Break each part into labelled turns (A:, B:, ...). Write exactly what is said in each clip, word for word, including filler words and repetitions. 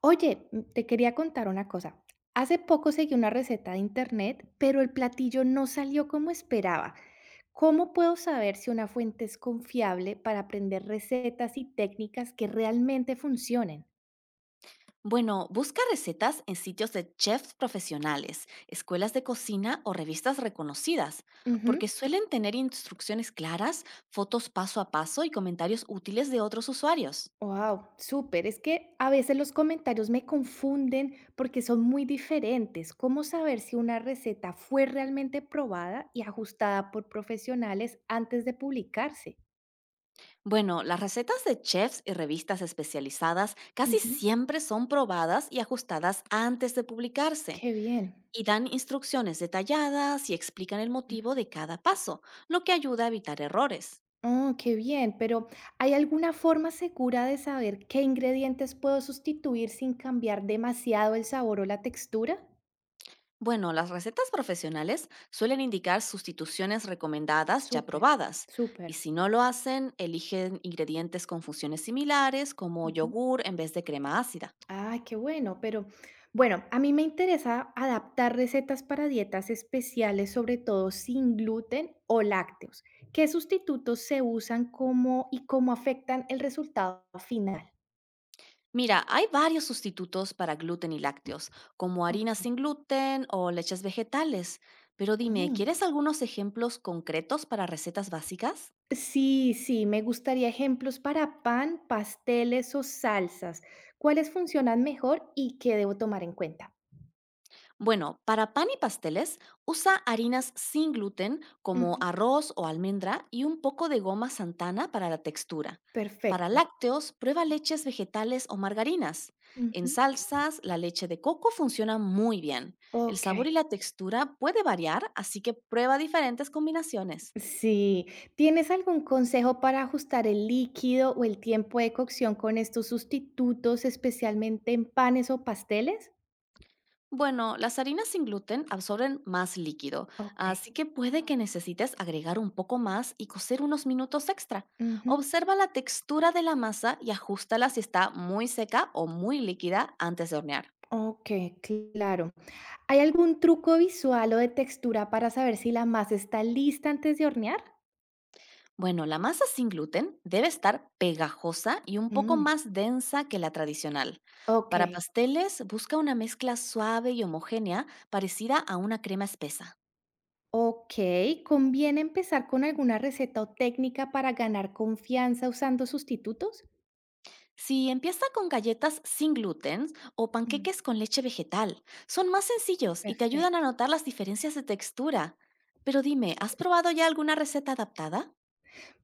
A: Oye, mm, te quería contar una cosa. Hace poco seguí una receta de internet, pero el platillo no salió como esperaba. ¿Cómo puedo saber si una fuente es confiable para aprender recetas y técnicas que realmente funcionen?
B: Bueno, busca recetas en sitios de chefs profesionales, escuelas de cocina o revistas reconocidas, porque suelen tener instrucciones claras, fotos paso a paso y comentarios útiles de otros usuarios.
A: Wow, súper. Es que a veces los comentarios me confunden porque son muy diferentes. ¿Cómo saber si una receta fue realmente probada y ajustada por profesionales antes de publicarse?
B: Bueno, las recetas de chefs y revistas especializadas casi
A: Ujú.
B: siempre son probadas y ajustadas antes de publicarse
A: Qué bien.
B: y dan instrucciones detalladas y explican el motivo de cada paso, lo que ayuda a evitar errores.
A: Oh, qué bien, pero ¿hay alguna forma segura de saber qué ingredientes puedo sustituir sin cambiar demasiado el sabor o la textura?
B: Bueno, las recetas profesionales suelen indicar sustituciones recomendadas ya
A: Súper,
B: probadas,
A: súper.
B: y si no lo hacen, eligen ingredientes con funciones similares, como
A: Ujú.
B: yogur en vez de crema ácida.
A: Ah, qué bueno, pero bueno, a mí me interesa adaptar recetas para dietas especiales, sobre todo sin gluten o lácteos. ¿Qué sustitutos se usan como y cómo afectan el resultado final?
B: Mira, hay varios sustitutos para gluten y lácteos, como
A: Ok.
B: harinas sin gluten o leches vegetales, pero dime,
A: Ujú.
B: ¿quieres algunos ejemplos concretos para recetas básicas?
A: Sí, sí, me gustaría ejemplos para pan, pasteles o salsas. ¿Cuáles funcionan mejor y qué debo tomar en cuenta?
B: Bueno, para pan y pasteles, usa harinas sin gluten como
A: Ujú,
B: arroz o almendra y un poco de goma santana para la textura. Para
A: perfecto.
B: lácteos, prueba leches vegetales o margarinas.
A: Ujú,
B: En salsas, la leche de coco funciona muy bien. El
A: ok.
B: sabor y la textura puede variar, así que prueba diferentes combinaciones.
A: Sí. ¿Tienes algún consejo para ajustar el líquido o el tiempo de cocción con estos sustitutos, especialmente en panes o pasteles?
B: Bueno, las harinas sin gluten absorben más líquido,
A: Ok.
B: así que puede que necesites agregar un poco más y cocer unos minutos extra.
A: Ujú.
B: Observa la textura de la masa y ajustala si está muy seca o muy líquida antes de hornear.
A: Ok, claro. ¿Hay algún truco visual o de textura para saber si la masa está lista antes de hornear?
B: Bueno, la masa sin gluten debe estar pegajosa y un poco
A: Mm,
B: más densa que la tradicional.
A: ok.
B: Para pasteles, busca una mezcla suave y homogénea parecida a una crema espesa.
A: Ok, ¿conviene empezar con alguna receta o técnica para ganar confianza usando sustitutos?
B: Si empieza con galletas sin gluten o
A: Mm,
B: panqueques con leche vegetal, son más sencillos y te ayudan a
A: perfecto.
B: notar las diferencias de textura. Pero dime, ¿has probado ya alguna receta adaptada?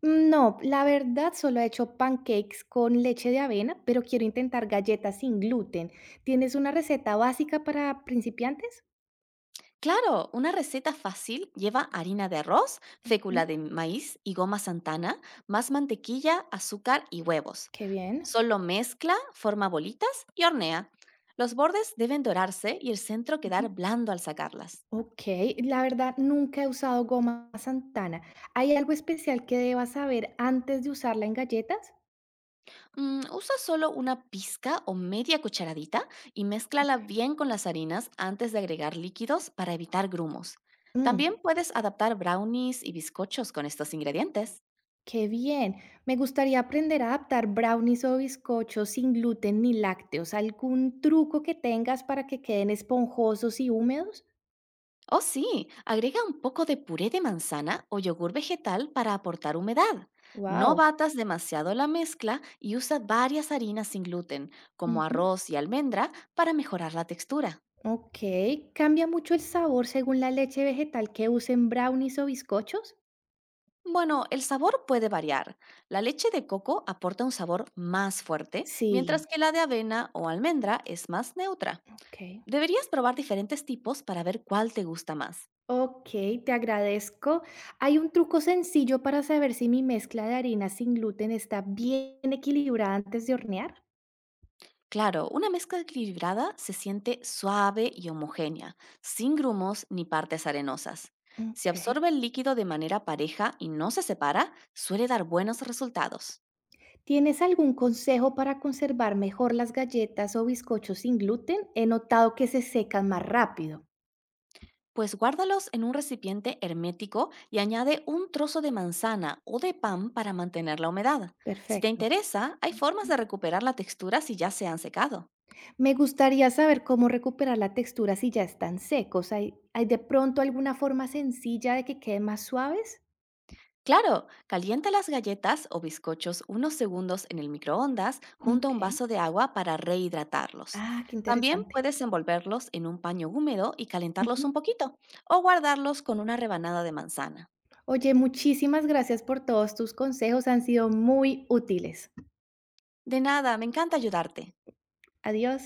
A: No, la verdad solo he hecho pancakes con leche de avena, pero quiero intentar galletas sin gluten. ¿Tienes una receta básica para principiantes?
B: Claro, una receta fácil lleva harina de arroz,
A: Mm.
B: fécula de maíz y goma santana, más mantequilla, azúcar y huevos.
A: Qué bien.
B: Solo mezcla, forma bolitas y hornea. Los bordes deben dorarse y el centro
A: Ujú.
B: quedar blando al sacarlas.
A: Ok, la verdad nunca he usado goma Santana. ¿Hay algo especial que deba saber antes de usarla en galletas?
B: Mm, usa solo una pizca o media cucharadita y mézclala bien con las harinas antes de agregar líquidos para evitar grumos. También
A: Mm.
B: puedes adaptar brownies y bizcochos con estos ingredientes.
A: Qué bien. Me gustaría aprender a adaptar brownies o bizcochos sin gluten ni lácteos. ¿Algún truco que tengas para que queden esponjosos y húmedos?
B: Oh sí, agrega un poco de puré de manzana o yogur vegetal para aportar humedad. No
A: Wow.
B: batas demasiado la mezcla y usa varias harinas sin gluten, como arroz y almendra, para mejorar la textura.
A: Ok. ¿Cambia mucho el sabor según la leche vegetal que usen brownies o bizcochos?
B: Bueno, el sabor puede variar. La leche de coco aporta un sabor más fuerte,
A: Sí,
B: mientras que la de avena o almendra es más neutra.
A: ok.
B: Deberías probar diferentes tipos para ver cuál te gusta más.
A: Ok, te agradezco. Hay un truco sencillo para saber si mi mezcla de harina sin gluten está bien equilibrada antes de hornear.
B: Claro, una mezcla equilibrada se siente suave y homogénea, sin grumos ni partes arenosas. Si
A: Ok.
B: absorbe el líquido de manera pareja y no se separa, suele dar buenos resultados.
A: ¿Tienes algún consejo para conservar mejor las galletas o bizcochos sin gluten? He notado que se secan más rápido.
B: Pues guárdalos en un recipiente hermético y añade un trozo de manzana o de pan para mantener la humedad. Si te
A: Perfecto.
B: interesa, hay formas de recuperar la textura si ya se han secado.
A: Me gustaría saber cómo recuperar la textura si ya están secos. ¿Hay, hay de pronto alguna forma sencilla de que queden más suaves?
B: Claro, calienta las galletas o bizcochos unos segundos en el microondas junto a
A: Ok.
B: un vaso de agua para rehidratarlos.
A: Ah, qué
B: También
A: interesante.
B: puedes envolverlos en un paño húmedo y calentarlos
A: Ujú.
B: un poquito, o guardarlos con una rebanada de manzana.
A: Oye, muchísimas gracias por todos tus consejos. Han sido muy útiles.
B: De nada, me encanta ayudarte.
A: Adiós.